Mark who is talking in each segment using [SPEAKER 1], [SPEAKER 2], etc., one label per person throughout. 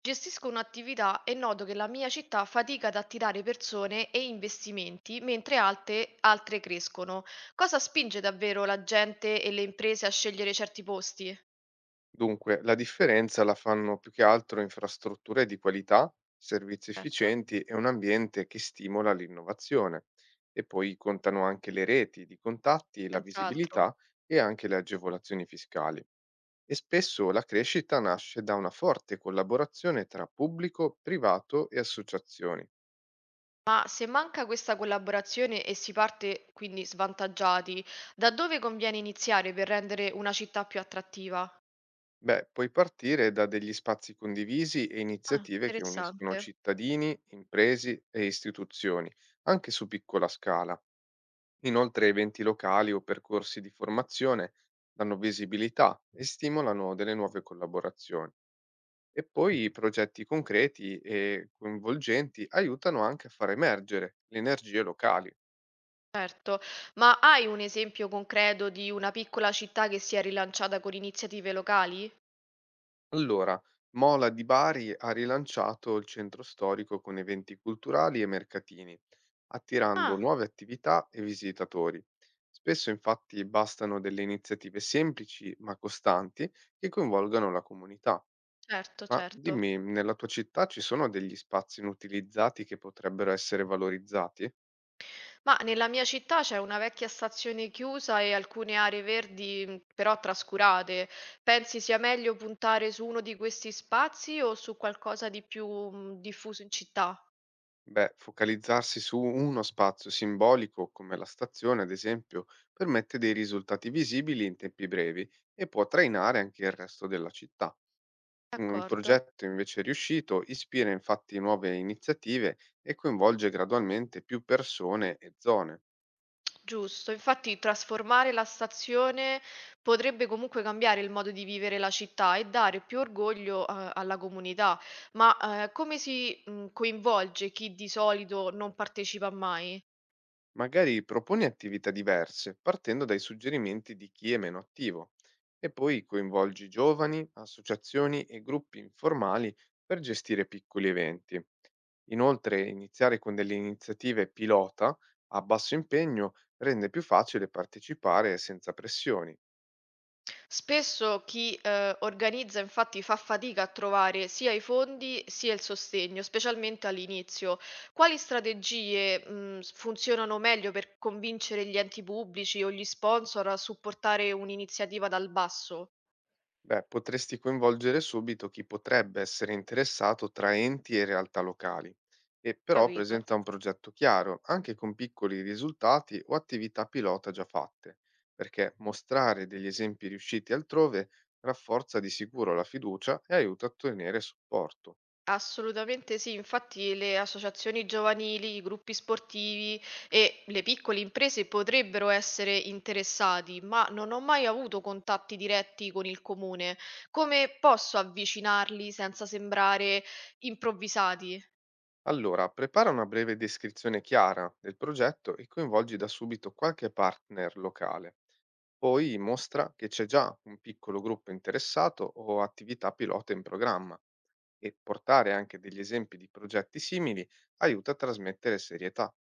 [SPEAKER 1] Gestisco un'attività e noto che la mia città fatica ad attirare persone e investimenti, mentre altre crescono. Cosa spinge davvero la gente e le imprese a scegliere certi posti?
[SPEAKER 2] Dunque, la differenza la fanno più che altro infrastrutture di qualità, servizi
[SPEAKER 1] Certo,
[SPEAKER 2] efficienti e un ambiente che stimola l'innovazione. E poi contano anche le reti di contatti, la
[SPEAKER 1] senz'altro.
[SPEAKER 2] visibilità e anche le agevolazioni fiscali. E spesso la crescita nasce da una forte collaborazione tra pubblico, privato e associazioni.
[SPEAKER 1] Ma se manca questa collaborazione e si parte quindi svantaggiati, da dove conviene iniziare per rendere una città più attrattiva?
[SPEAKER 2] Beh, puoi partire da degli spazi condivisi e
[SPEAKER 1] Ah,
[SPEAKER 2] iniziative che uniscono
[SPEAKER 1] interessante.
[SPEAKER 2] cittadini, imprese e istituzioni, anche su piccola scala. Inoltre eventi locali o percorsi di formazione danno visibilità e stimolano delle nuove collaborazioni. E poi i progetti concreti e coinvolgenti aiutano anche a far emergere le energie locali.
[SPEAKER 1] Certo, ma hai un esempio concreto di una piccola città che si è rilanciata con iniziative locali?
[SPEAKER 2] Allora, Mola di Bari ha rilanciato il centro storico con eventi culturali e mercatini, attirando
[SPEAKER 1] Ah.
[SPEAKER 2] nuove attività e visitatori. Spesso infatti bastano delle iniziative semplici ma costanti che coinvolgano la comunità.
[SPEAKER 1] Certo,
[SPEAKER 2] Ma
[SPEAKER 1] certo.
[SPEAKER 2] dimmi, nella tua città ci sono degli spazi inutilizzati che potrebbero essere valorizzati?
[SPEAKER 1] Ma nella mia città c'è una vecchia stazione chiusa e alcune aree verdi però trascurate. Pensi sia meglio puntare su uno di questi spazi o su qualcosa di più diffuso in città?
[SPEAKER 2] Beh, focalizzarsi su uno spazio simbolico come la stazione, ad esempio, permette dei risultati visibili in tempi brevi e può trainare anche il resto della città. Un
[SPEAKER 1] D'accordo,
[SPEAKER 2] progetto invece riuscito ispira infatti nuove iniziative e coinvolge gradualmente più persone e zone.
[SPEAKER 1] giusto. Infatti, trasformare la stazione potrebbe comunque cambiare il modo di vivere la città e dare più orgoglio alla comunità. Ma come coinvolge chi di solito non partecipa mai?
[SPEAKER 2] Magari proponi attività diverse, partendo dai suggerimenti di chi è meno attivo, e poi coinvolgi giovani, associazioni e gruppi informali per gestire piccoli eventi. Inoltre, iniziare con delle iniziative pilota a basso impegno rende più facile partecipare senza pressioni.
[SPEAKER 1] Spesso chi organizza infatti fa fatica a trovare sia i fondi sia il sostegno, specialmente all'inizio. Quali strategie, mhmm, s funzionano meglio per convincere gli enti pubblici o gli sponsor a supportare un'iniziativa dal basso?
[SPEAKER 2] Beh, potresti coinvolgere subito chi potrebbe essere interessato tra enti e realtà locali, e però
[SPEAKER 1] Capito.
[SPEAKER 2] presenta un progetto chiaro, anche con piccoli risultati o attività pilota già fatte, perché mostrare degli esempi riusciti altrove rafforza di sicuro la fiducia e aiuta a ottenere supporto.
[SPEAKER 1] Assolutamente sì, infatti le associazioni giovanili, i gruppi sportivi e le piccole imprese potrebbero essere interessati, ma non ho mai avuto contatti diretti con il comune. Come posso avvicinarli senza sembrare improvvisati?
[SPEAKER 2] Allora, prepara una breve descrizione chiara del progetto e coinvolgi da subito qualche partner locale. Poi mostra che c'è già un piccolo gruppo interessato o attività pilota in programma e portare anche degli esempi di progetti simili aiuta a trasmettere serietà.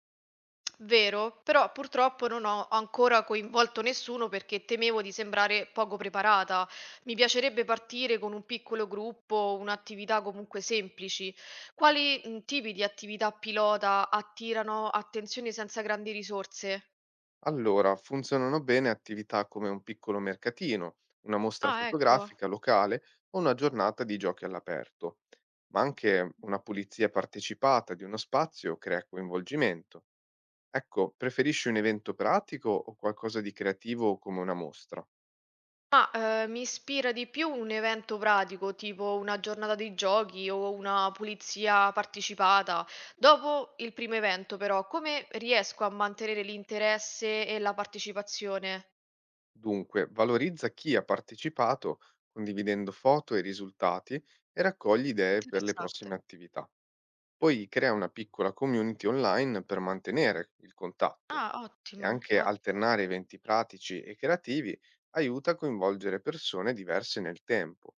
[SPEAKER 1] Vero, però purtroppo non ho ancora coinvolto nessuno perché temevo di sembrare poco preparata. Mi piacerebbe partire con un piccolo gruppo, un'attività comunque semplici. Quali tipi di attività pilota attirano attenzione senza grandi risorse?
[SPEAKER 2] Allora, funzionano bene attività come un piccolo mercatino, una mostra
[SPEAKER 1] Ah, ecco.
[SPEAKER 2] fotografica locale o una giornata di giochi all'aperto, ma anche una pulizia partecipata di uno spazio crea coinvolgimento. Ecco, preferisci un evento pratico o qualcosa di creativo come una mostra?
[SPEAKER 1] Mi ispira di più un evento pratico, tipo una giornata di giochi o una pulizia partecipata. Dopo il primo evento, però, come riesco a mantenere l'interesse e la partecipazione?
[SPEAKER 2] Dunque, valorizza chi ha partecipato condividendo foto e risultati e raccogli idee per le
[SPEAKER 1] Interessante.
[SPEAKER 2] prossime attività. Poi crea una piccola community online per mantenere il contatto.
[SPEAKER 1] Ah,
[SPEAKER 2] E
[SPEAKER 1] ottimo,
[SPEAKER 2] anche
[SPEAKER 1] ottimo.
[SPEAKER 2] alternare eventi pratici e creativi aiuta a coinvolgere persone diverse nel tempo.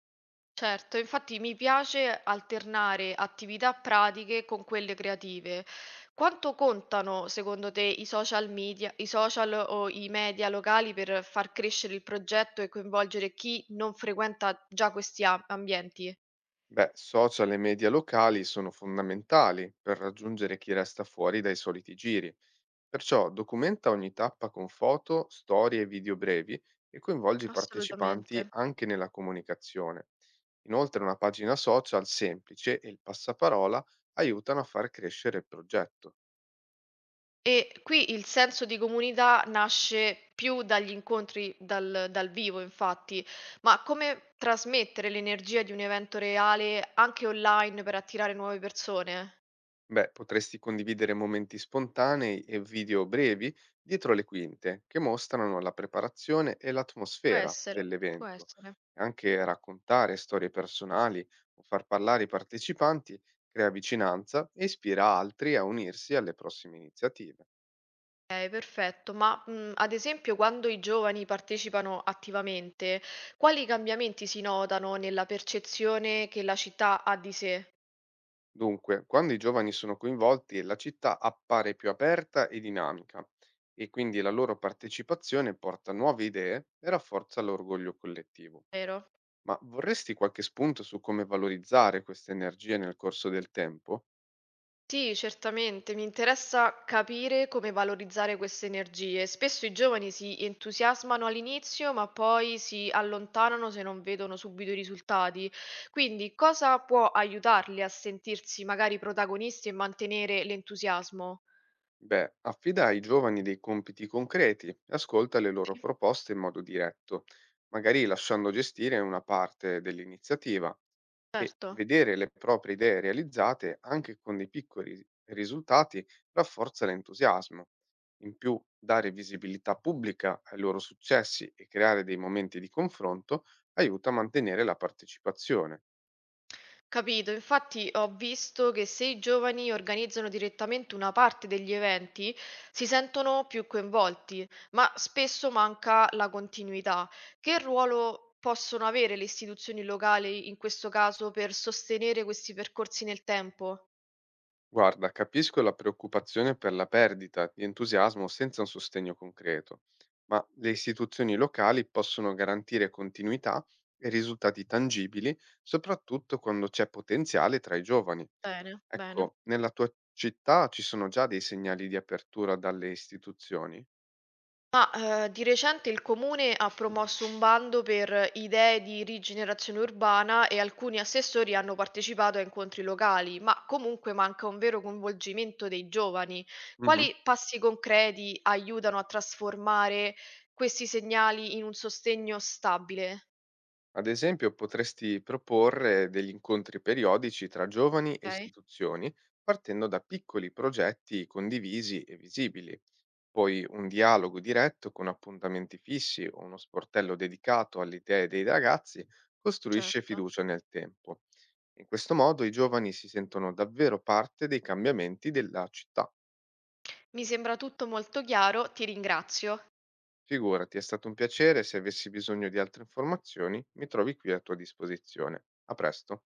[SPEAKER 1] Certo, infatti mi piace alternare attività pratiche con quelle creative. Quanto contano, secondo te, i social media, i social o i media locali per far crescere il progetto e coinvolgere chi non frequenta già questi ambienti?
[SPEAKER 2] Beh, social e media locali sono fondamentali per raggiungere chi resta fuori dai soliti giri, perciò documenta ogni tappa con foto, storie e video brevi e coinvolgi i partecipanti
[SPEAKER 1] Assolutamente.
[SPEAKER 2] anche nella comunicazione. Inoltre una pagina social semplice e il passaparola aiutano a far crescere il progetto.
[SPEAKER 1] E qui il senso di comunità nasce più dagli incontri dal vivo, infatti, ma come trasmettere l'energia di un evento reale anche online per attirare nuove persone?
[SPEAKER 2] Beh, potresti condividere momenti spontanei e video brevi dietro le quinte che mostrano la preparazione e
[SPEAKER 1] Può
[SPEAKER 2] l'atmosfera
[SPEAKER 1] essere, può
[SPEAKER 2] dell'evento.
[SPEAKER 1] essere.
[SPEAKER 2] E anche raccontare storie personali o far parlare i partecipanti crea vicinanza e ispira altri a unirsi alle prossime iniziative.
[SPEAKER 1] Okay, perfetto. Ad esempio, quando i giovani partecipano attivamente, quali cambiamenti si notano nella percezione che la città ha di sé,
[SPEAKER 2] Dunque, quando i giovani sono coinvolti, la città appare più aperta e dinamica e quindi la loro partecipazione porta nuove idee e rafforza l'orgoglio collettivo.
[SPEAKER 1] vero?
[SPEAKER 2] Ma vorresti qualche spunto su come valorizzare queste energie nel corso del tempo?
[SPEAKER 1] Sì, certamente, mi interessa capire come valorizzare queste energie. Spesso i giovani si entusiasmano all'inizio, ma poi si allontanano se non vedono subito i risultati. Quindi cosa può aiutarli a sentirsi magari protagonisti e mantenere l'entusiasmo?
[SPEAKER 2] Beh, affida ai giovani dei compiti concreti e ascolta le loro proposte in modo diretto, magari lasciando gestire una parte dell'iniziativa e
[SPEAKER 1] Certo.
[SPEAKER 2] vedere le proprie idee realizzate anche con dei piccoli risultati rafforza l'entusiasmo. In più, dare visibilità pubblica ai loro successi e creare dei momenti di confronto aiuta a mantenere la partecipazione.
[SPEAKER 1] Capito, infatti ho visto che se i giovani organizzano direttamente una parte degli eventi si sentono più coinvolti, ma spesso manca la continuità. Che ruolo possono avere le istituzioni locali in questo caso per sostenere questi percorsi nel tempo?
[SPEAKER 2] Guarda, capisco la preoccupazione per la perdita di entusiasmo senza un sostegno concreto, ma le istituzioni locali possono garantire continuità e risultati tangibili, soprattutto quando c'è potenziale tra i giovani.
[SPEAKER 1] Bene, bene.
[SPEAKER 2] Ecco, nella tua città ci sono già dei segnali di apertura dalle istituzioni?
[SPEAKER 1] Di recente il comune ha promosso un bando per idee di rigenerazione urbana e alcuni assessori hanno partecipato a incontri locali, ma comunque manca un vero coinvolgimento dei giovani.
[SPEAKER 2] Mhm.
[SPEAKER 1] Quali passi concreti aiutano a trasformare questi segnali in un sostegno stabile?
[SPEAKER 2] Ad esempio, potresti proporre degli incontri periodici tra giovani e
[SPEAKER 1] Okay,
[SPEAKER 2] istituzioni, partendo da piccoli progetti condivisi e visibili. Poi un dialogo diretto con appuntamenti fissi o uno sportello dedicato alle idee dei ragazzi costruisce
[SPEAKER 1] certo.
[SPEAKER 2] fiducia nel tempo. In questo modo i giovani si sentono davvero parte dei cambiamenti della città.
[SPEAKER 1] Mi sembra tutto molto chiaro, ti ringrazio.
[SPEAKER 2] Figurati, è stato un piacere, se avessi bisogno di altre informazioni mi trovi qui a tua disposizione. A presto.